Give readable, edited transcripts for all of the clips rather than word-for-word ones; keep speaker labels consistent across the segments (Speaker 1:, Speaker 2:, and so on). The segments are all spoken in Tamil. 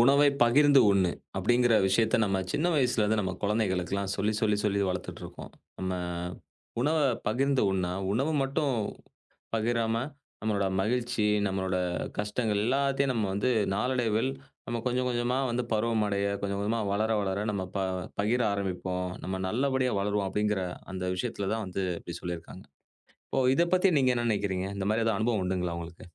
Speaker 1: உணவை பகிர்ந்து உண்ணு அப்படிங்கிற விஷயத்த நம்ம சின்ன வயசுலேருந்து நம்ம குழந்தைகளுக்கெல்லாம் சொல்லி சொல்லி சொல்லி வளர்த்துட்ருக்கோம். நம்ம உணவ பகிர்ந்து உண்ணா, உணவு மட்டும் பகிராம நம்மளோட மகிழ்ச்சி, நம்மளோட கஷ்டங்கள் எல்லாத்தையும் நம்ம வந்து நாளடைவில் நம்ம கொஞ்சம் கொஞ்சமா வந்து பருவமடைய, கொஞ்சம் கொஞ்சமா வளர வளர நம்ம ப பகிர ஆரம்பிப்போம். நம்ம நல்லபடியா வளருவோம் அப்படிங்கிற அந்த விஷயத்தில தான் வந்து இப்படி சொல்லியிருக்காங்க. இப்போ இத பத்தி நீங்க என்ன நினைக்கிறீங்க? இந்த மாதிரி ஏதாவது அனுபவம் உண்டுங்களா உங்களுக்கு?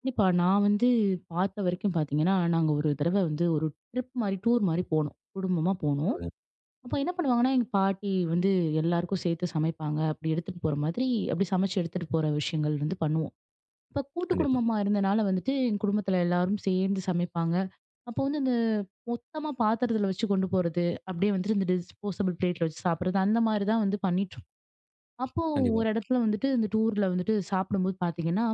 Speaker 2: கண்டிப்பா. நான் வந்து பார்த்த வரைக்கும் பார்த்தீங்கன்னா, நாங்க ஒரு தடவ வந்து ஒரு ட்ரிப் மாரி, டூர் மாரி போனோம். குடும்பமா போனோம்.
Speaker 1: சொல்லுங்க.
Speaker 2: அப்ப என்ன பண்ணுவாங்கன்னா, எங்க பாட்டி வந்து எல்லாருக்கும் சேர்த்து சமைப்பாங்க. அப்படி எடுத்துட்டு போற மாதிரி, அப்படி சமைச்சு எடுத்துட்டு போற விஷயங்கள் வந்து பண்ணுவோம். இப்ப கூட்டு
Speaker 1: கண்டிப்பா,
Speaker 2: குடும்பமா இருந்தனால வந்துட்டு, எங்க குடும்பத்துல எல்லாரும் சேர்ந்து சமைப்பாங்க. அப்போ வந்து இந்த மொத்தமா பாத்திரத்துல வச்சு கொண்டு போறது, அப்படியே வந்துட்டு இந்த டிஸ்போசபிள் பிளேட்ல வச்சு சாப்பிடுறது, அந்த மாரி தான் வந்து பண்ணிட்டுருக்கோம். அப்போ
Speaker 1: கண்டிப்பா.
Speaker 2: ஒரு இடத்துல வந்துட்டு இந்த டூர்ல வந்துட்டு சாப்பிடும்போது பார்த்தீங்கன்னா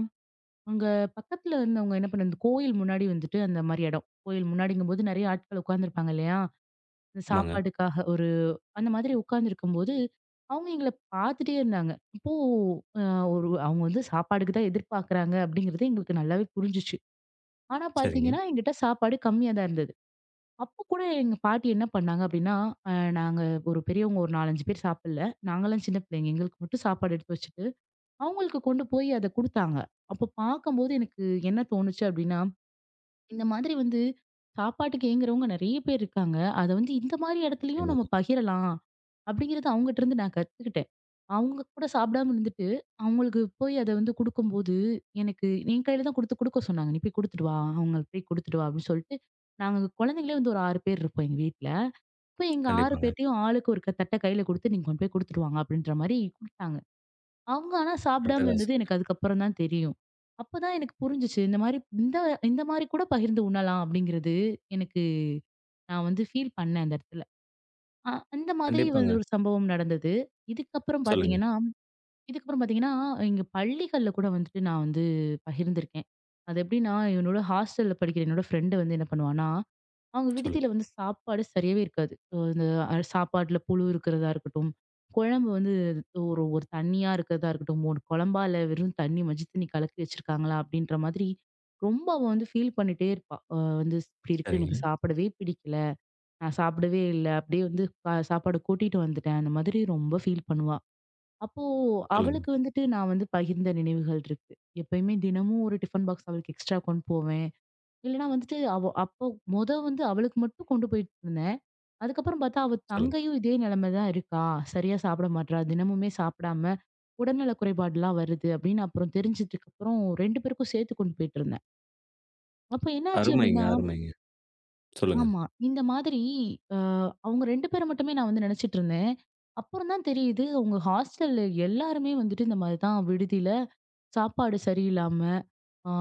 Speaker 2: அங்க பக்கத்துல இருந்தவங்க என்ன பண்ண இந்த கோயில் முன்னாடி வந்துட்டு அந்த மாரி இடம். கோயில் முன்னாடிங்கும்போது நெறைய ஆட்கள் உட்கார்ந்துருப்பாங்க இல்லையா? இந்த
Speaker 1: ஆமாங்க.
Speaker 2: சாப்பாட்டுக்காக ஒரு அந்த மாதிரி உட்கார்ந்துருக்கும்போது, அவங்க எங்கள பார்த்துட்டே இருந்தாங்க. அப்போ அ ஒரு அவங்க வந்து சாப்பாடுக்கு தான் எதிர்பார்க்குறாங்க அப்படிங்கிறது எங்களுக்கு நல்லாவே புரிஞ்சுச்சு. ஆனா
Speaker 1: சரிங்க.
Speaker 2: பார்த்தீங்கன்னா, என்கிட்ட சாப்பாடு கம்மியா தான் இருந்தது. அப்போ கூட எங்க பாட்டி என்ன பண்ணாங்க அப்படின்னா, அ நாங்க ஒரு பெரியவங்க ஒரு 4, 5 பேர் சாப்பிடல. நாங்கலாம் சின்ன பிள்ளைங்க. எங்களுக்கு மட்டும் சாப்பாடு எடுத்து வச்சுட்டு, அவங்களுக்கு கொண்டு போய் அத குடுத்தாங்க. அப்போ பார்க்கும்போது எனக்கு என்ன தோணுச்சு அப்படின்னா இந்த மாதிரி வந்து சாப்பாட்டுக்கு ஏங்குறவங்க நெறைய பேர் இருக்காங்க. அத வந்து இந்த மாரி இடத்துலயும் நம்ம
Speaker 1: நிச்சயமாங்க.
Speaker 2: பகிரலாம். அப்படிங்கிறது அவங்கட்ட இருந்து நான் கத்துக்கிட்டேன். அவங்க கூட சாப்பிடாம இருந்துட்டு, அவங்களுக்கு போய் அத வந்து குடுக்கும்போது, எனக்கு என் கையில தான் குடுத்து குடுக்க சொன்னாங்க. "நீ போய் குடுத்துட்டு வா. அவங்களுக்கு போய் குடுத்துட்டு வா" அப்படின்னு சொல்லிட்டு, நாங்க குழந்தைங்களே வந்து ஒரு 6 பேர் இருப்போம் எங்க வீட்ல. அப்ப எங்க 6
Speaker 1: கண்டிப்பாங்க.
Speaker 2: பேர்ட்டயும் ஆளுக்கு ஒரு தட்ட கையில குடுத்து, "நீங்க கொண்டு போய் குடுத்துட்டு வாங்க" அப்படின்ற மாரி குடுத்தாங்க. அவங்க ஆனா சாப்பிடாம இருந்தது
Speaker 1: அட்டகாசம்.
Speaker 2: எனக்கு அதுக்கப்புறம் தான் தெரியும். அப்பதான் எனக்கு புரிஞ்சுச்சு. இந்த இந்த மாரி கூட பகிர்ந்து உண்ணலாம் அப்படிங்கிறது எனக்கு நான் வந்து ஃபீல் பண்ணேன் அந்த இடத்துல. அ அந்த மாதிரி வந்து
Speaker 1: கண்டிப்பாங்க.
Speaker 2: ஒரு சம்பவம் நடந்தது. இதுக்கப்புறம்
Speaker 1: சொல்லுங்க,
Speaker 2: பார்த்தீங்கன்னா இதுக்கப்புறம் பார்த்தீங்கன்னா, எங்க பள்ளிகள்ல கூட வந்துட்டு நான் வந்து பகிர்ந்திருக்கேன். அது எப்படின்னா, என்னோட ஹாஸ்டல்ல படிக்கிற என்னோட ஃப்ரெண்டு வந்து என்ன பண்ணுவான்னா அவங்க
Speaker 1: சொல்லுங்க.
Speaker 2: விடுதியில வந்து சாப்பாடு சரியாவே இருக்காது. அ இந்த அ சாப்பாட்டுல புழு இருக்கிறதா இருக்கட்டும், குழம்பு வந்து ஒரு ஒரு தண்ணியா இருக்கிறதா இருக்கட்டும், ஒரு குழம்பா இல்ல வெறும் தண்ணி மஞ்சள் தண்ணி கலக்கி வச்சிருக்காங்களா? அப்படின்ற மாதிரி ரொம்ப அவ வந்து ஃபீல் பண்ணிட்டே இருப்பா. வந்து இப்படி இருக்கு எனக்கு
Speaker 1: சரிங்க.
Speaker 2: சாப்பிடவே பிடிக்கல. நான் சாப்பிடவே இல்ல. அப்படியே வந்து சாப்பாடு கூட்டிட்டு வந்துட்டேன். அந்த மாதிரி ரொம்ப ஃபீல் பண்ணுவா. அப்போ
Speaker 1: சொல்லுங்க,
Speaker 2: அவளுக்கு வந்துட்டு நான் வந்து பகிர்ந்த நினைவுகள் இருக்கு. எப்பயுமே தினமும் ஒரு டிஃபன் பாக்ஸ் அவளுக்கு எக்ஸ்ட்ரா கொண்டு போவேன். இல்லன்னா வந்துட்டு அவ அப்போ வந்து அவளுக்கு மட்டும் கொண்டு போயிட்டு இருந்தேன். அதுக்கப்புறம் பார்த்தா, அவ
Speaker 1: சொல்லுங்க.
Speaker 2: தங்கையும் இதே நிலைமை தான் இருக்கா. சரியா சாப்பிட மாட்றா. தினமுமே சாப்பிடாம உடல்நல குறைபாடுலாம் வருது அப்படின்னு அப்புறம் தெரிஞ்சதுக்கு அப்புறம் 2 பேருக்கும் சேர்த்து கொண்டு போயிட்டுருந்தேன். அப்ப என்னாச்சு
Speaker 1: அருமைங்க,
Speaker 2: அப்படின்னா
Speaker 1: அருமைங்க. சொல்லுங்க.
Speaker 2: ஆமா. இந்த மாதிரி அ அவங்க 2 பேர மட்டுமே நான் வந்து நினைச்சுட்டு இருந்தேன். அப்புறம் தான் தெரியுது, அவங்க ஹாஸ்டல்ல எல்லாருமே வந்துட்டு இந்த மாதிரி தான் விடுதியில சாப்பாடு சரியில்லாம, ஆ,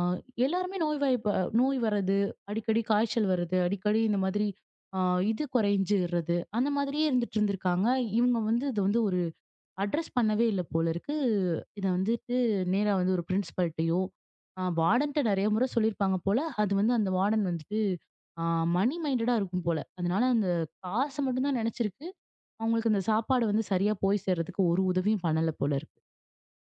Speaker 2: எல்லாருமே நோய்வாய்ப்ப நோய் வர்றது, அடிக்கடி காய்ச்சல் வர்றது, அடிக்கடி இந்த மாதிரி ஆ, இது குறைஞ்சிர்றது, அந்த மாதிரியே இருந்துட்டு இருந்திருக்காங்க. இவங்க வந்து இத வந்து ஒரு அட்ரஸ் பண்ணவே இல்ல போல இருக்கு. இத வந்துட்டு நேரா வந்து ஒரு பிரின்சிபல்ட்டயோ, வார்டன்ட்ட நெறைய முறை சொல்லியிருப்பாங்க போல. அது வந்து அந்த வார்டன் வந்துட்டு ஆ மணி மைண்டடா இருக்கும் போல. அதனால அந்த காச மட்டும் தான் நெனச்சிருக்கு. அவங்களுக்கு அந்த சாப்பாடு வந்து சரியா போய் சேர்றதுக்கு ஒரு உதவியும் பண்ணல போல இருக்கு.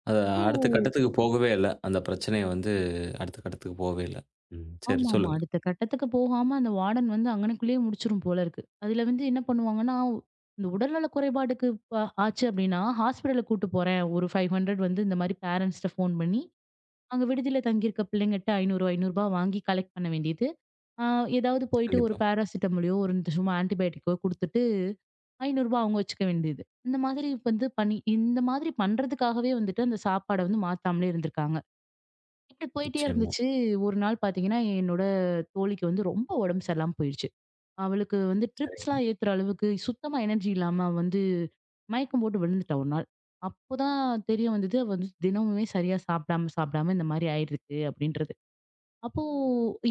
Speaker 1: அது அடுத்த
Speaker 2: ஓ!
Speaker 1: கட்டத்துக்கு போகவே இல்ல. அந்த பிரச்சனைய வந்து அடுத்த கட்டத்துக்கு போகவே இல்ல. ம். சரி,
Speaker 2: ஆமாமா.
Speaker 1: சொல்லுங்க.
Speaker 2: அடுத்த கட்டத்துக்கு போகாம அந்த வார்டன் வந்து அங்கனக்குள்ளேயே முடிச்சிரும் போல இருக்கு. அதுல வந்து என்ன பண்ணுவாங்கன்னா, இந்த உடல்நல குறைபாடுக்கு ப ஆச்சு அப்டின்னா, ஹாஸ்பிட்டலுக்கு கூட்டு போறேன். ஒரு 500 வந்து இந்த மாரி பேரண்ட்ஸ்ட்ட ஃபோன் பண்ணி, அங்க விடுதியில தங்கியிருக்க பிள்ளைங்கட்ட ரூ. 500, ரூ. 500 வாங்கி கலெக்ட் பண்ண வேண்டியது. ஆ ஏதாவது போயிட்டு ஒரு
Speaker 1: கண்டிப்பா.
Speaker 2: பேராசிட்டமோலயோ, ஒரு இந்த சும்மா ஆன்டிபயோட்டிக்கோ குடுத்துட்டு, ரூ. 500 அவங்க வச்சுக்க வேண்டியது. இந்த மாதிரி வந்து பண்ணி இந்த மாதிரி பண்றதுக்காகவே வந்துட்டு அந்த சாப்பாட வந்து மாத்தாமலே இருந்திருக்காங்க. இப்படி போயிட்டே
Speaker 1: நிச்சயமா.
Speaker 2: இருந்துச்சு. ஒரு நாள் பார்த்தீங்கன்னா, என்னோட தோழிக்கு வந்து ரொம்ப உடம்பு சரியில்லாம போயிருச்சு. அவளுக்கு வந்து
Speaker 1: சரிங்க,
Speaker 2: ட்ரிப்ஸ்லாம் ஏத்துற அளவுக்கு சுத்தமா எனர்ஜி இல்லாம வந்து மயக்கம் போட்டு விழுந்துட்டா ஒரு நாள். அப்போதான் தெரிய வந்தது, அவ வந்து தினமுமே சரியா சாப்பிடாம, சாப்பிடாம இந்த மாரி ஆயிருக்கு அப்படின்றது. அப்போ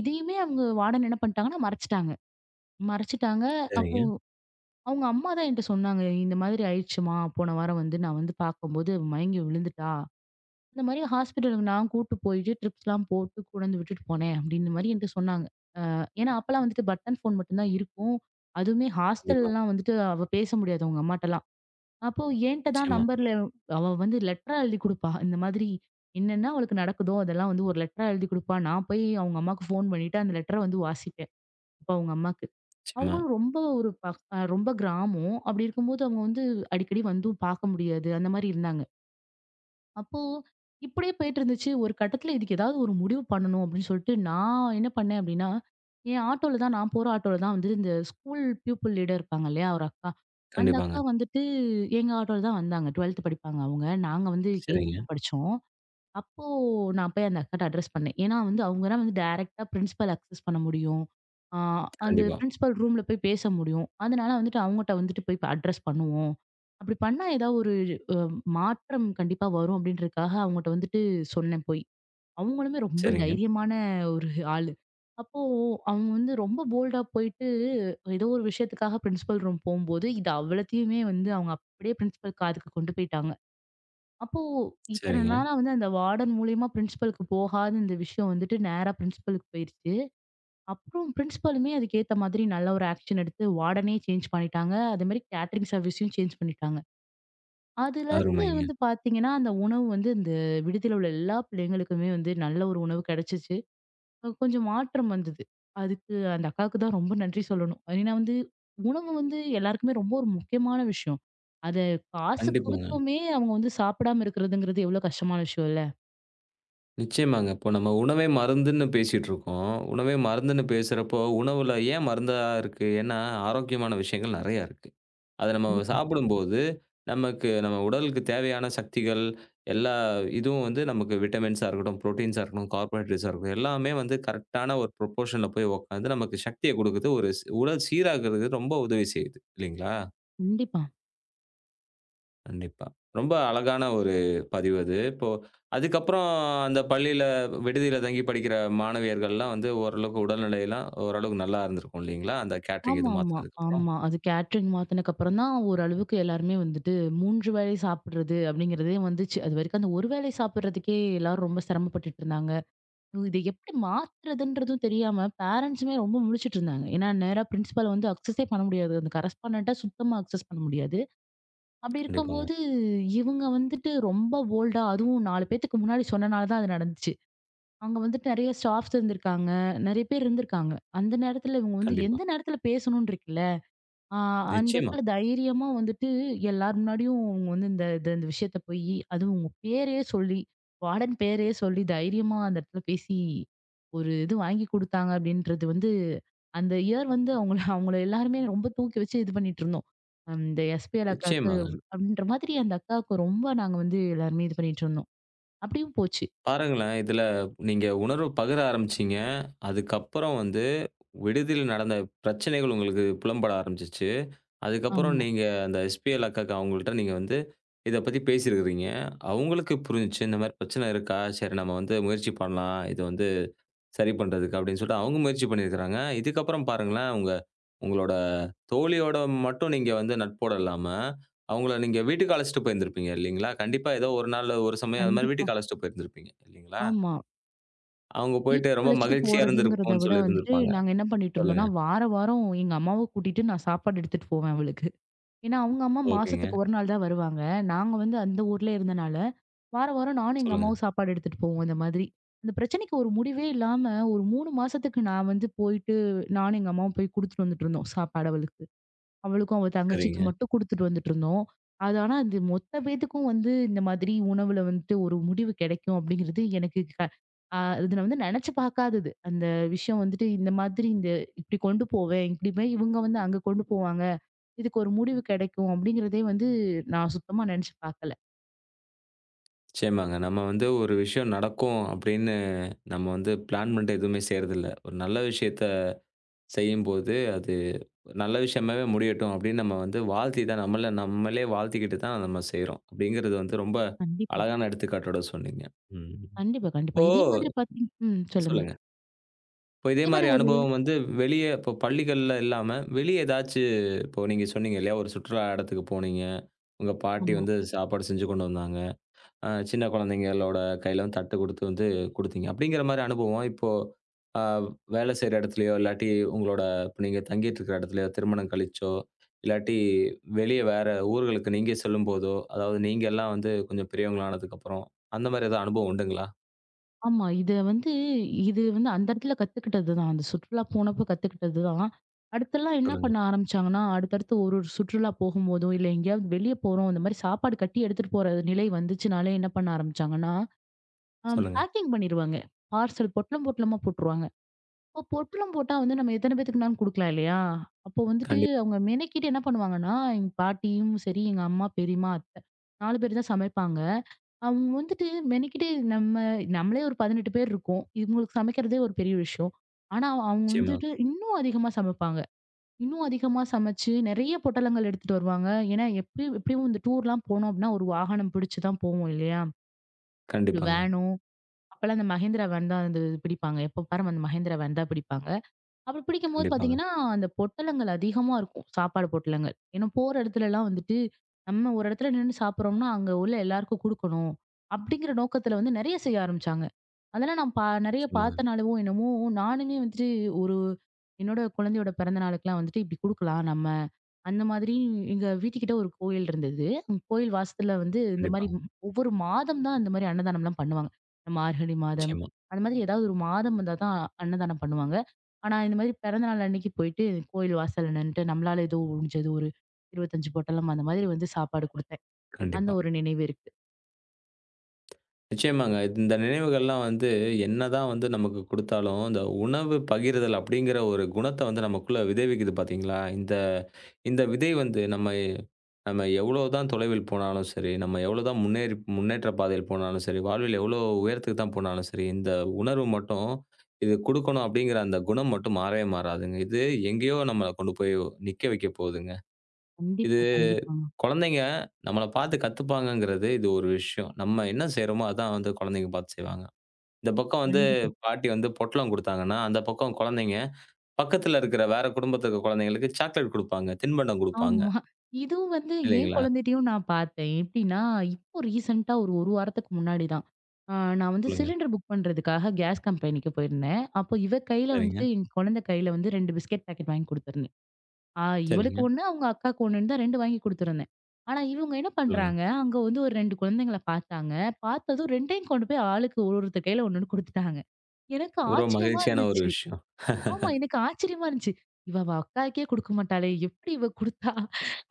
Speaker 2: இதையுமே அவங்க வார்டன் என்ன பண்ணிட்டாங்கன்னா, மறைச்சுட்டாங்க. மறைச்சுட்டாங்க. அப்போ
Speaker 1: சரிங்க.
Speaker 2: அவங்க அம்மா தான் என்ட்ட சொன்னாங்க. "இந்த மாதிரி ஆயிடுச்சும்மா, போன வாரம் வந்து நான் வந்து பார்க்கும்போது அவ மயங்கி விழுந்துட்டா." இந்த மாரி ஹாஸ்பிட்டலுக்கு நான் கூட்டு போயிட்டு ட்ரிப்ஸ்லாம் போட்டு கொண்டாந்து விட்டுட்டு போனேன் அப்டின்ற மாரி என்ட்ட சொன்னாங்க. ஏன்னா, அப்பலாம் வந்துட்டு பட்டன் ஃபோன் மட்டும் தான் இருக்கும். அதுவுமே
Speaker 1: கண்டிப்பா.
Speaker 2: ஹாஸ்டல்லலாம் வந்துட்டு அவ பேச முடியாது அவங்க அம்மாட்டலாம். அப்போ என்ட்ட தான்
Speaker 1: நிச்சயமா,
Speaker 2: நம்பர்ல அவ வந்து லெட்டரா எழுதி குடுப்பா. இந்த மாதிரி என்னென்ன அவளுக்கு நடக்குதோ அதெல்லாம் வந்து ஒரு லெட்டரா எழுதி குடுப்பா. நான் போய் அவங்க அம்மாக்கு ஃபோன் பண்ணிட்டு அந்த லெட்டர வந்து வாசிப்பேன். அப்ப அவங்க அம்மாக்கு.
Speaker 1: நிச்சயமா.
Speaker 2: அவங்களும் ரொம்ப ஒரு பக் அ ரொம்ப கிராமம். அப்டி இருக்கும்போது அவங்க வந்து அடிக்கடி வந்தும் பார்க்க முடியாது. அந்த மாரி இருந்தாங்க. அப்போ இப்படியே போயிட்டு இருந்துச்சு. ஒரு கட்டத்துல இதுக்கு ஏதாவது ஒரு முடிவு பண்ணணும் அப்படின்னு சொல்லிட்டு நான் என்ன பண்ணேன் அப்படின்னா, என் ஆட்டோல தான் நான் போற ஆட்டோல தான் வந்து இந்த ஸ்கூல் பியூப்பிள் லீடர் இருப்பாங்க இல்லையா? ஒரு அக்கா. அந்த
Speaker 1: கண்டிப்பாங்க.
Speaker 2: அக்கா வந்துட்டு எங்க ஆட்டோல தான் வந்தாங்க. 12த் படிப்பாங்க அவங்க. நாங்க வந்து 8th
Speaker 1: சரிங்க.
Speaker 2: தான் படிச்சோம். அப்போ நான் போய் அந்த அக்காட்ட அட்ரஸ் பண்ணேன். ஏன்னா வந்து அவங்க தான் வந்து டைரக்ட்டா பிரின்சிபல் அக்சஸ் பண்ண முடியும். ஆ அந்த
Speaker 1: கண்டிப்பா.
Speaker 2: பிரின்சிபல் ரூம்ல போய் பேச முடியும். அதனால வந்துட்டு அவங்கட்ட வந்துட்டு போய் அட்ரஸ் பண்ணுவோம். அப்படி பண்ணா ஏதாவது ஒரு அ மாற்றம் கண்டிப்பா வரும் அப்படின்றதுக்காக அவங்கட்ட வந்துட்டு சொன்னேன் போய். அவங்களுமே ரொம்ப
Speaker 1: சரிங்க,
Speaker 2: தைரியமான ஒரு ஆளு. அப்போ அவங்க வந்து ரொம்ப போல்டா போயிட்டு ஏதோ ஒரு விஷயத்துக்காக பிரின்சிபல் ரூம் போம்போது, இது அவ்வளத்தையுமே வந்து அவங்க அப்படியே பிரின்சிபல் காதுக்கு கொண்டு போயிட்டாங்க. அப்போ இத்தன
Speaker 1: சரிங்க.
Speaker 2: நாளா வந்து அந்த வார்டன் மூலியமா பிரின்சிபலுக்கு போகாத இந்த விஷயம் வந்துட்டு நேரா பிரின்சிபலுக்கு போயிருச்சு. அப்புறம் பிரின்சிபலுமே அதுக்கேத்த மாதிரி நல்ல ஒரு ஆக்ஷன் எடுத்து வார்டனே சேஞ்ச் பண்ணிட்டாங்க. அதே மாரி கேட்டரிங் சர்வீஸையும் சேஞ்ச் பண்ணிட்டாங்க. அதுலருந்து
Speaker 1: அருமைங்க.
Speaker 2: வந்து பார்த்தீங்கன்னா, அந்த உணவு வந்து இந்த விடுதியில உள்ள எல்லா பிள்ளைங்களுக்குமே வந்து நல்ல ஒரு உணவு கிடைச்சுச்சு. கொஞ்சம் மாற்றம் வந்தது. அதுக்கு அந்த அக்காவுக்கு தான் ரொம்ப நன்றி சொல்லணும். ஏன்னா வந்து உணவு வந்து எல்லாருக்குமே ரொம்ப ஒரு முக்கியமான விஷயம். அத காசு
Speaker 1: கண்டிப்பாங்க.
Speaker 2: குடுத்துமே அவங்க வந்து சாப்பிடாம இருக்கிறதுங்கிறது எவ்வளோ கஷ்டமான விஷயம் இல்ல?
Speaker 1: நிச்சயமாங்க. இப்போ நம்ம உணவே மருந்துன்னு பேசிட்டு இருக்கோம். உணவே மருந்துன்னு பேசுறப்போ, உணவுல ஏன் மருந்தா இருக்கு? ஏன்னா, ஆரோக்கியமான விஷயங்கள் நெறையா இருக்கு. அத நம்ம
Speaker 2: கண்டிப்பா,
Speaker 1: சாப்பிடும்போது, நமக்கு நம்ம உடலுக்கு தேவையான சக்திகள், எல்லா இதுவும் வந்து நமக்கு விட்டமின்ஸா இருக்கட்டும், புரோட்டீன்ஸா இருக்கட்டும், கார்போஹைட்ரேட்ஸா இருக்கட்டும், எல்லாமே வந்து கரெக்ட்டான ஒரு ப்ரொபோர்ஷன்ல போய் உட்காந்து நமக்கு சக்திய குடுக்குது. ஒரு ஸ் உடல் சீராக்குறதுக்கு ரொம்ப உதவி செய்யுது. இல்லீங்களா?
Speaker 2: கண்டிப்பா.
Speaker 1: கண்டிப்பா. ரொம்ப அழகான ஒரு பதிவு அது. இப்போ அதுக்கப்புறம் அந்த பள்ளியில, விடுதியில தங்கி படிக்கிற மாணவியர்கள்லாம் வந்து ஓரளவுக்கு உடல்நிலைலாம் ஓரளவுக்கு நல்லா இருந்திருக்கும் இல்லீங்களா? அந்த கேட்டரிங்
Speaker 2: ஆமாமா,
Speaker 1: இது
Speaker 2: ஆமா.
Speaker 1: மாத்துனதுக்கப்புறம்.
Speaker 2: ஆமா. அது கேட்டரிங் மாத்துனதுக்கு அப்புறம் தான் ஓரளவுக்கு எல்லாருமே வந்துட்டு 3 வேளை சாப்பிடுறது அப்படிங்கிறதே வந்துச்சு. அதுவரைக்கும் அந்த ஒரு வேளை சாப்பிடுறதுக்கே எல்லாரும் ரொம்ப சிரமப்பட்டுட்டு இருந்தாங்க. இத எப்படி மாத்துறதுன்றதும் தெரியாம பேரண்ட்ஸுமே ரொம்ப முழிச்சுட்டு இருந்தாங்க. ஏன்னா நேரா பிரின்சிபால வந்து அக்சஸே பண்ண முடியாது. அந்த கரஸ்பாண்டன்ட்ட சுத்தமா அக்சஸ் பண்ண முடியாது. அப்படி
Speaker 1: கண்டிப்பாங்க.
Speaker 2: இருக்கும்போது இவங்க வந்துட்டு ரொம்ப போல்டா அதுவும் 4 பேத்துக்கு முன்னாடி சொன்னனால தான் அது நடந்துச்சு. அங்க வந்துட்டு நெறைய ஸ்டாஃப்ஸ் இருந்திருக்காங்க. நெறைய பேர் இருந்திருக்காங்க. அந்த நேரத்துல இவங்க வந்து
Speaker 1: கண்டிப்பா.
Speaker 2: எந்த நேரத்துல பேசணும்னு இருக்குல்ல, ஆ அந்த
Speaker 1: நிச்சயமா,
Speaker 2: இடத்துல தைரியமா வந்துட்டு எல்லார் முன்னாடியும் அவங்க வந்து இந்த இந்த இந்த விஷயத்த போயி, அதுவும் உங்க பேரையே சொல்லி, வார்டன் பேரையே சொல்லி தைரியமா அந்த இடத்துல பேசி, ஒரு இது வாங்கி குடுத்தாங்க அப்படின்றது வந்து, அந்த இயர் வந்து அவங்கள அவங்கள எல்லாருமே ரொம்ப தூக்கி வச்சு இது பண்ணிட்டு இருந்தோம். இந்த எஸ்பிஎல் அக்காவுக்கு
Speaker 1: நிச்சயமாங்க.
Speaker 2: அப்படின்ற மாதிரி அந்த அக்காவுக்கு ரொம்ப நாங்க வந்து எல்லாருமே இது பண்ணிட்டு இருந்தோம். அப்படியும் போச்சு.
Speaker 1: பாருங்களேன், இதுல நீங்க உணர்வு பகிர ஆரம்பிச்சீங்க. அதுக்கப்புறம் வந்து விடுதியில நடந்த பிரச்சனைகள் உங்களுக்கு புலம்பட ஆரம்பிச்சுச்சு. அதுக்கப்புறம்
Speaker 2: ஆமா.
Speaker 1: நீங்க அந்த எஸ்பிஎல் அக்காக்கு அவங்கள்ட்ட நீங்க வந்து இத பத்தி பேசியிருக்கிறீங்க. அவங்களுக்கு புரிஞ்சுச்சு. இந்த மாரி பிரச்சனை இருக்கா? சரி நம்ம வந்து முயற்சி பண்ணலாம். இது வந்து சரி பண்றதுக்கு அப்படின்னு சொல்லிட்டு அவங்க முயற்சி பண்ணியிருக்கிறாங்க. இதுக்கப்புறம் பாருங்களேன், உங்களோட தோழியோட மட்டும் நீங்க வந்து நட்போட இல்லாம, அவங்கள நீங்க வீட்டுக்கு அழைச்சிட்டு போயிருந்திருப்பீங்க இல்லைங்களா? கண்டிப்பா ஏதோ ஒரு நாள், ஒரு சமயம் அது மாரி
Speaker 2: கண்டிப்பா.
Speaker 1: வீட்டுக்கு அழைச்சிட்டு போயிருந்திருப்பீங்க இல்லைங்களா?
Speaker 2: ஆமா.
Speaker 1: அவங்க போயிட்டு
Speaker 2: வீட்டுக்கு
Speaker 1: ரொம்ப
Speaker 2: அழைச்சிட்டு
Speaker 1: மகிழ்ச்சியா
Speaker 2: போறதுங்கிறத
Speaker 1: இருந்திருக்கும்னு
Speaker 2: விட வந்துட்டு,
Speaker 1: சொல்லியிருந்திருப்பாங்க.
Speaker 2: நாங்க என்ன பண்ணிட்டு இருந்தோம்னா,
Speaker 1: சொல்லுங்க.
Speaker 2: வார வாரம் எங்க அம்மாவ கூட்டிட்டு நான் சாப்பாடு எடுத்துட்டு போவேன் அவளுக்கு. ஏன்னா, அவங்க அம்மா
Speaker 1: ஓகேங்க.
Speaker 2: மாசத்துக்கு ஒரு நாள் தான் வருவாங்க. நாங்க வந்து அந்த ஊர்ல இருந்தனால, வார வாரம் நானும் எங்க
Speaker 1: சொல்லுங்க.
Speaker 2: அம்மாவும் சாப்பாடு எடுத்துட்டு போவோம் இந்த மாதிரி. அந்த பிரச்சனைக்கு ஒரு முடிவே இல்லாம, ஒரு 3 மாசத்துக்கு நான் வந்து போயிட்டு, நானும் எங்க அம்மாவும் போய் குடுத்துட்டு வந்துட்டு இருந்தோம் சாப்பாடு அவளுக்கு. அவளுக்கும் அவ தங்கச்சிக்கு
Speaker 1: சரிங்க.
Speaker 2: மட்டும் குடுத்துட்டு வந்துட்டு இருந்தோம். அது ஆனா அது மொத்த பேத்துக்கும் வந்து இந்த மாதிரி உணவுல வந்துட்டு ஒரு முடிவு கிடைக்கும் அப்படிங்கிறது எனக்கு க அ அது நான் வந்து நினைச்சு பார்க்காதது. அந்த விஷயம் வந்துட்டு இந்த மாதிரி இந்த இப்படி கொண்டு போவேன். இப்படி போய் இவங்க வந்து அங்க கொண்டு போவாங்க. இதுக்கு ஒரு முடிவு கிடைக்கும் அப்படிங்கிறதே வந்து நான் சுத்தமா நினைச்சு பார்க்கல.
Speaker 1: நிச்சயமாங்க. நம்ம வந்து ஒரு விஷயம் நடக்கும் அப்படின்னு நம்ம வந்து பிளான் பண்ணிட்டு எதுவுமே செய்றதில்ல. ஒரு நல்ல விஷயத்த செய்யும்போது அது நல்ல விஷயமாவே முடியட்டும் அப்படின்னு நம்ம வந்து வாழ்த்தி தான் நம்மள நம்மளே வாழ்த்திக்கிட்டு தான் நம்ம செய்றோம். அப்படிங்கிறது வந்து ரொம்ப
Speaker 2: கண்டிப்பா.
Speaker 1: அழகான எடுத்துக்காட்டோட சொன்னீங்க. ம்.
Speaker 2: கண்டிப்பா, கண்டிப்பா.
Speaker 1: இப்போ
Speaker 2: இதே மாதிரி பார்த்தீங் ம் சொல்லுங்க.
Speaker 1: சொல்லுங்க. இப்போ இதே
Speaker 2: இதே மாதிரி
Speaker 1: மாரி
Speaker 2: ஒரு
Speaker 1: அனுபவம் வந்து வெளிய இப்போ பள்ளிகள்ல இல்லாம, வெளிய ஏதாச்சு இப்போ நீங்க சொன்னீங்க இல்லையா? ஒரு சுற்றுலா இடத்துக்கு போனீங்க. உங்க பாட்டி
Speaker 2: ஆமா.
Speaker 1: வந்து சாப்பாடு செஞ்சு கொண்டு வந்தாங்க. சின்ன குழந்தைங்களோட கையில வந்து தட்டு குடுத்து வந்து குடுத்தீங்க. அப்படிங்கிற மாரி அனுபவம் இப்போ அ வேலை செய்ற இடத்துலயோ, இல்லாட்டி உங்களோட இப்ப நீங்க தங்கிட்டு இருக்கிற இடத்துலயோ, திருமணம் கழிச்சோ, இல்லாட்டி வெளிய வேற ஊர்களுக்கு நீங்க செல்லும்போதோ, அதாவது நீங்க எல்லாம் வந்து கொஞ்சம் பெரியவங்களா ஆனதுக்கப்புறம், அந்த மாரி ஏதாவது அனுபவம் உண்டுங்களா?
Speaker 2: ஆமா. இத வந்து இது வந்து அந்த இடத்துல கத்துக்கிட்டது தான். அந்த சுற்றுலா போனப்ப கத்துக்கிட்டது தான். அடுத்தெல்லாம் என்ன
Speaker 1: சொல்லுங்க.
Speaker 2: பண்ண ஆரம்பிச்சாங்கன்னா, அடுத்தடுத்து ஒரு ஒரு சுற்றுலா போகும்போதோ, இல்ல எங்கேயாவது வெளிய போறோம், இந்த மாரி சாப்பாடு கட்டி எடுத்துட்டு போற நிலை வந்துச்சுனாலே என்ன பண்ண ஆரம்பிச்சாங்கன்னா, அ
Speaker 1: சொல்லுங்க.
Speaker 2: பேக்கிங் பண்ணிருவாங்க. பார்சல் பொட்டலம் பொட்டலமா போட்டுருவாங்க. அப்போ பொட்டலம் போட்டா வந்து நம்ம எத்தன பேத்துக்குனாலும் குடுக்கலாம் இல்லையா? அப்போ வந்துட்டு
Speaker 1: கண்டிப்பா.
Speaker 2: அவங்க மெனக்கிட்டு என்ன பண்ணுவாங்கன்னா, எங்க பாட்டியும் சரி, எங்க அம்மா, பெரியம்மா, அத்தை 4 பேர் தான் சமைப்பாங்க. அவங்க வந்துட்டு மெனக்கிட்டு நம்ம நம்மளே ஒரு 18 பேர் இருக்கோம். இவங்களுக்கு சமைக்கிறதே ஒரு பெரிய விஷயம். ஆனா, அவங்க
Speaker 1: நிச்சயமா.
Speaker 2: வந்துட்டு இன்னும் அதிகமா சமைப்பாங்க. இன்னும் அதிகமா சமைச்சு நெறைய பொட்டலங்கள் எடுத்துட்டு வருவாங்க. ஏன்னா, எப்பயும் எப்படியும் இந்த டூர்லாம் போனோம் அப்படின்னா, ஒரு வாகனம் பிடிச்சு தான் போவோம் இல்லையா?
Speaker 1: கண்டிப்பாங்க.
Speaker 2: வேனோ அப்பலாம் அந்த மஹேந்திரா வேன் தான் வந்து பிடிப்பாங்க. எப்ப பாரு அந்த மஹேந்திரா வேன் தான் பிடிப்பாங்க. அப்படி பிடிக்கும்போது
Speaker 1: கண்டிப்பாங்க.
Speaker 2: பார்த்தீங்கன்னா, அந்த பொட்டலங்கள் அதிகமா இருக்கும். சாப்பாடு பொட்டலங்கள். ஏன்னா, போற இடத்துலலாம் வந்துட்டு, நம்ம ஒரு இடத்துல நின்னு சாப்பிடுறோம்னா, அங்க உள்ள எல்லாருக்கும் குடுக்கணும். அப்படிங்கிற நோக்கத்துல வந்து நெறைய செய்ய ஆரம்பிச்சாங்க. அதெல்லாம் நான் நெறைய
Speaker 1: நிச்சயமாங்க.
Speaker 2: பார்த்தனாலவோ என்னமோ, நானுமே வந்துட்டு ஒரு என்னோட குழந்தையோட பிறந்த நாளுக்குலாம் வந்துட்டு இப்படி குடுக்கலாம் நம்ம. அந்த மாதிரி எங்க வீட்டுக்கிட்ட ஒரு கோயில் இருந்தது. அந்த கோயில் வாசத்துல வந்து இந்த மாரி
Speaker 1: கண்டிப்பாங்க.
Speaker 2: ஒவ்வொரு மாதம் தான் இந்த மாரி அன்னதானம்லாம் பண்ணுவாங்க. இந்த மார்கழி மாதம்,
Speaker 1: நிச்சயமா.
Speaker 2: அந்த மாதிரி ஏதாவது ஒரு மாதம் வந்தா தான் அன்னதானம் பண்ணுவாங்க. ஆனா, இந்த மாதிரி பிறந்தநாள் அன்னைக்கு போயிட்டு கோயில் வாசல்ல நின்னுட்டு நம்மளால ஏதோ முடிஞ்சது ஒரு 25 பொட்டலம் அந்த மாதிரி வந்து சாப்பாடு குடுத்தேன். அந்த
Speaker 1: கண்டிப்பா.
Speaker 2: ஒரு நினைவு இருக்கு.
Speaker 1: நிச்சயமாங்க. இந்த நினைவுகள்லாம் வந்து என்னதான் வந்து நமக்கு குடுத்தாலும், இந்த உணவு பகிர்தல் அப்படிங்கிற ஒரு குணத்த வந்து நமக்குள்ள விதை விக்குது பார்த்தீங்களா? இந்த இந்த விதை வந்து நம்ம நம்ம எவ்வளோதான் தொலைவில் போனாலும் சரி, நம்ம எவ்வளோதான் முன்னேறி முன்னேற்ற பாதையில் போனாலும் சரி, வாழ்வில் எவ்வளோ உயரத்துக்கு தான் போனாலும் சரி, இந்த உணர்வு மட்டும் இது குடுக்கணும் அப்படிங்கிற அந்த குணம் மட்டும் மாறவே மாறாதுங்க. இது எங்கேயோ நம்மள கொண்டு போய் நிக்க வைக்க போகுதுங்க. இது
Speaker 2: கண்டிப்பா, கண்டிப்பாங்க.
Speaker 1: குழந்தைங்க நம்மள பார்த்து கத்துப்பாங்கங்கிறது இது ஒரு விஷயம். நம்ம என்ன செய்றோமோ, அதான் வந்து குழந்தைங்க பார்த்து செய்வாங்க. இந்த பக்கம் வந்து
Speaker 2: கண்டிப்பா.
Speaker 1: பாட்டி வந்து பொட்டலம் குடுத்தாங்கன்னா, அந்த பக்கம் குழந்தைங்க பக்கத்துல இருக்கிற வேற குடும்பத்துல இருக்க குழந்தைங்களுக்கு சாக்லேட் குடுப்பாங்க. தின்பண்டம் குடுப்பாங்க.
Speaker 2: ஆமா. இதுவும் வந்து என்
Speaker 1: இல்லைங்களா?
Speaker 2: குழந்தைட்டயும் நான் பார்த்தேன். எப்படின்னா, இப்போ ரீசென்ட்டா ஒரு 1 வாரத்துக்கு முன்னாடி தான். நான் வந்து
Speaker 1: சொல்லுங்க.
Speaker 2: சிலிண்டர் புக் பண்றதுக்காக கேஸ் கம்பெனிக்கு போயிருந்தேன். அப்போ இவ கையில
Speaker 1: சரிங்க,
Speaker 2: வந்துட்டு என் குழந்தை கையில வந்து 2 பிஸ்கட் பாக்கெட் வாங்கி குடுத்துருந்தேன். ஆ இவளுக்கு
Speaker 1: சரிங்க.
Speaker 2: 1, அவங்க அக்காவுக்கு 1ன்னு தான் 2 வாங்கி குடுத்துருந்தேன். ஆனா இவங்க என்ன
Speaker 1: சொல்லுங்க.
Speaker 2: பண்றாங்க, அங்க வந்து ஒரு 2 குழந்தைங்கள பார்த்தாங்க. பார்த்ததும் 2யும் கொண்டு போய் ஆளுக்கு ஒரு ஒருத்தர் கையில 1, 1 குடுத்துட்டாங்க. எனக்கு
Speaker 1: ஒரு
Speaker 2: ஆச்சரியமா
Speaker 1: மகிழ்ச்சியான ஒரு
Speaker 2: இருந்துச்சு.
Speaker 1: விஷயம்.
Speaker 2: ஆமா, எனக்கு ஆச்சரியமா இருந்துச்சு. இவ அவ அக்காவுக்கே குடுக்க மாட்டாளே! எப்படி இவ குடுத்தா?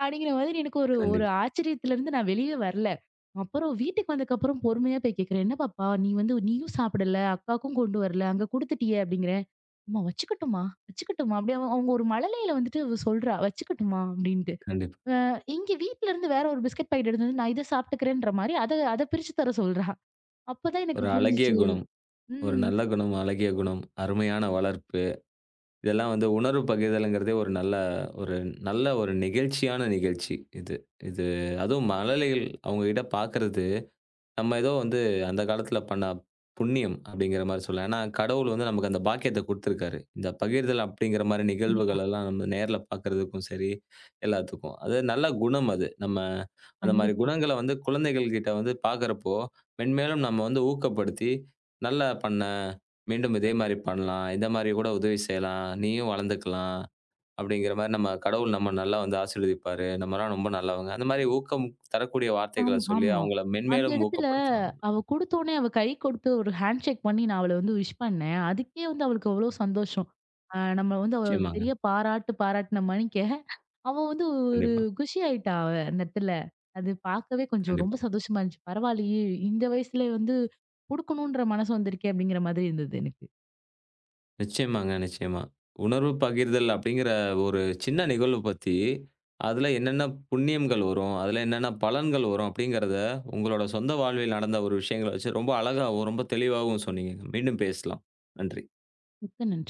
Speaker 2: அப்படிங்கிற மாதிரி எனக்கு ஒரு ஒரு
Speaker 1: கண்டிப்பா,
Speaker 2: ஆச்சரியத்துலருந்து நான் வெளியே வரல. அப்புறம் வீட்டுக்கு வந்ததுக்கப்புறம் பொறுமையா போய் கேட்கிறேன். "என்ன பாப்பா நீ வந்து நீயும் சாப்பிடல, அக்காவுக்கும் கொண்டு வரல, அங்க குடுத்துட்டியே" அப்படிங்கிற. அம்மா வச்சுக்கட்டுமா, வச்சுக்கட்டுமா அப்டியே அவ அவங்க ஒரு மழலையில வந்துட்டு இவ சொல்றா, வச்சுக்கட்டுமா அப்டின்ட்டு.
Speaker 1: கண்டிப்பா.
Speaker 2: அ இங்க வீட்ல இருந்து வேற ஒரு பிஸ்கட் பாக்கெட் எடுத்து வந்து நான் இத சாப்ட்டுக்கிறேன்ற மாரி அத அத பிரிச்சு தர சொல்றா. அப்பதான் எனக்கு
Speaker 1: ஒரு அழகிய
Speaker 2: புரிஞ்சுச்சு.
Speaker 1: குணம். ஒரு
Speaker 2: ம்.
Speaker 1: நல்ல குணம், அழகிய குணம், அருமையான வளர்ப்பு. இதெல்லாம் வந்து உணர்வு பகிர்தல்ங்கிறதே ஒரு நல்ல ஒரு நல்ல ஒரு நெகிழ்ச்சியான நிகழ்ச்சி இது. இது அதுவும் மழலைகள் அவங்ககிட்ட பார்க்கறது நம்ம ஏதோ வந்து அந்த காலத்துல பண்ண புண்ணியம் அப்படிங்கிற மாரி சொல்லலாம். ஏன்னா, கடவுள் வந்து நமக்கு அந்த பாக்கியத்த குடுத்துருக்காரு. இந்த பகிர்தல் அப்படிங்கிற மாரி
Speaker 2: கண்டிப்பா,
Speaker 1: நிகழ்வுகள் எல்லாம் நம்ம நேர்ல பார்க்கறதுக்கும் சரி, எல்லாத்துக்கும். அது நல்ல குணம் அது. நம்ம அந்த மாரி
Speaker 2: கண்டிப்பா.
Speaker 1: குணங்கள வந்து குழந்தைகள் கிட்ட வந்து பார்க்கறப்போ, மென்மேலும் நம்ம வந்து ஊக்கப்படுத்தி, "நல்லா பண்ண. மீண்டும் இதே மாரி பண்ணலாம். இந்த மாரி கூட உதவி செய்யலாம். நீயும் வளர்ந்துக்கலாம்." அப்படிங்கிற மாரி நம்ம கடவுள் நம்ம நல்லா வந்து ஆசீர்வதிப்பாரு. நம்மலாம் ரொம்ப நல்லவங்க. அந்த மாரி ஊக்கம் தரக்கூடிய வார்த்தைகள சொல்லி
Speaker 2: ஆமா.
Speaker 1: அவங்கள
Speaker 2: அந்த
Speaker 1: மென்மேலும்
Speaker 2: இடத்துல
Speaker 1: ஊக்கப்படுத்தணும்.
Speaker 2: அவ குடுத்தோனே அவ கை கொடுத்து ஒரு ஹேண்ட் ஷேக் பண்ணி நான் அவள வந்து விஷ் பண்ணேன். அதுக்கே வந்து அவளுக்கு அவ்ளோ சந்தோஷம். நம்ம வந்து அவள
Speaker 1: நிச்சயமாங்க.
Speaker 2: பெரிய பாராட்டு பாராட்டுன மணிக்க, அவ வந்து ஒரு
Speaker 1: கண்டிப்பா,
Speaker 2: குஷி ஆயிட்டா அவ அந்த இடத்துல. அது பார்க்கவே கொஞ்சம் ரொம்ப
Speaker 1: கண்டிப்பா.
Speaker 2: சந்தோஷமா இருந்துச்சு. பரவாயில்லையே! இந்த வயசுல வந்து குடுக்கணுன்ற மனசு வந்திருக்கே! அப்படிங்கிற மாதிரி இருந்தது எனக்கு.
Speaker 1: நிச்சயமாங்க, நிச்சயமா. உணர்வு பகிர்தல் அப்படிங்கிற ஒரு சின்ன நிகழ்வு பத்தி, அதுல என்னென்ன புண்ணியங்கள் வரும்? அதுல என்னென்ன பலன்கள் வரும்? அப்படிங்கிறத உங்களோட சொந்த வாழ்வில் நடந்த ஒரு விஷயங்கள வச்சு ரொம்ப அழகாவும், ரொம்ப தெளிவாவும் சொன்னீங்க. மீண்டும் பேசலாம். நன்றி.
Speaker 2: மிக்க நன்றி.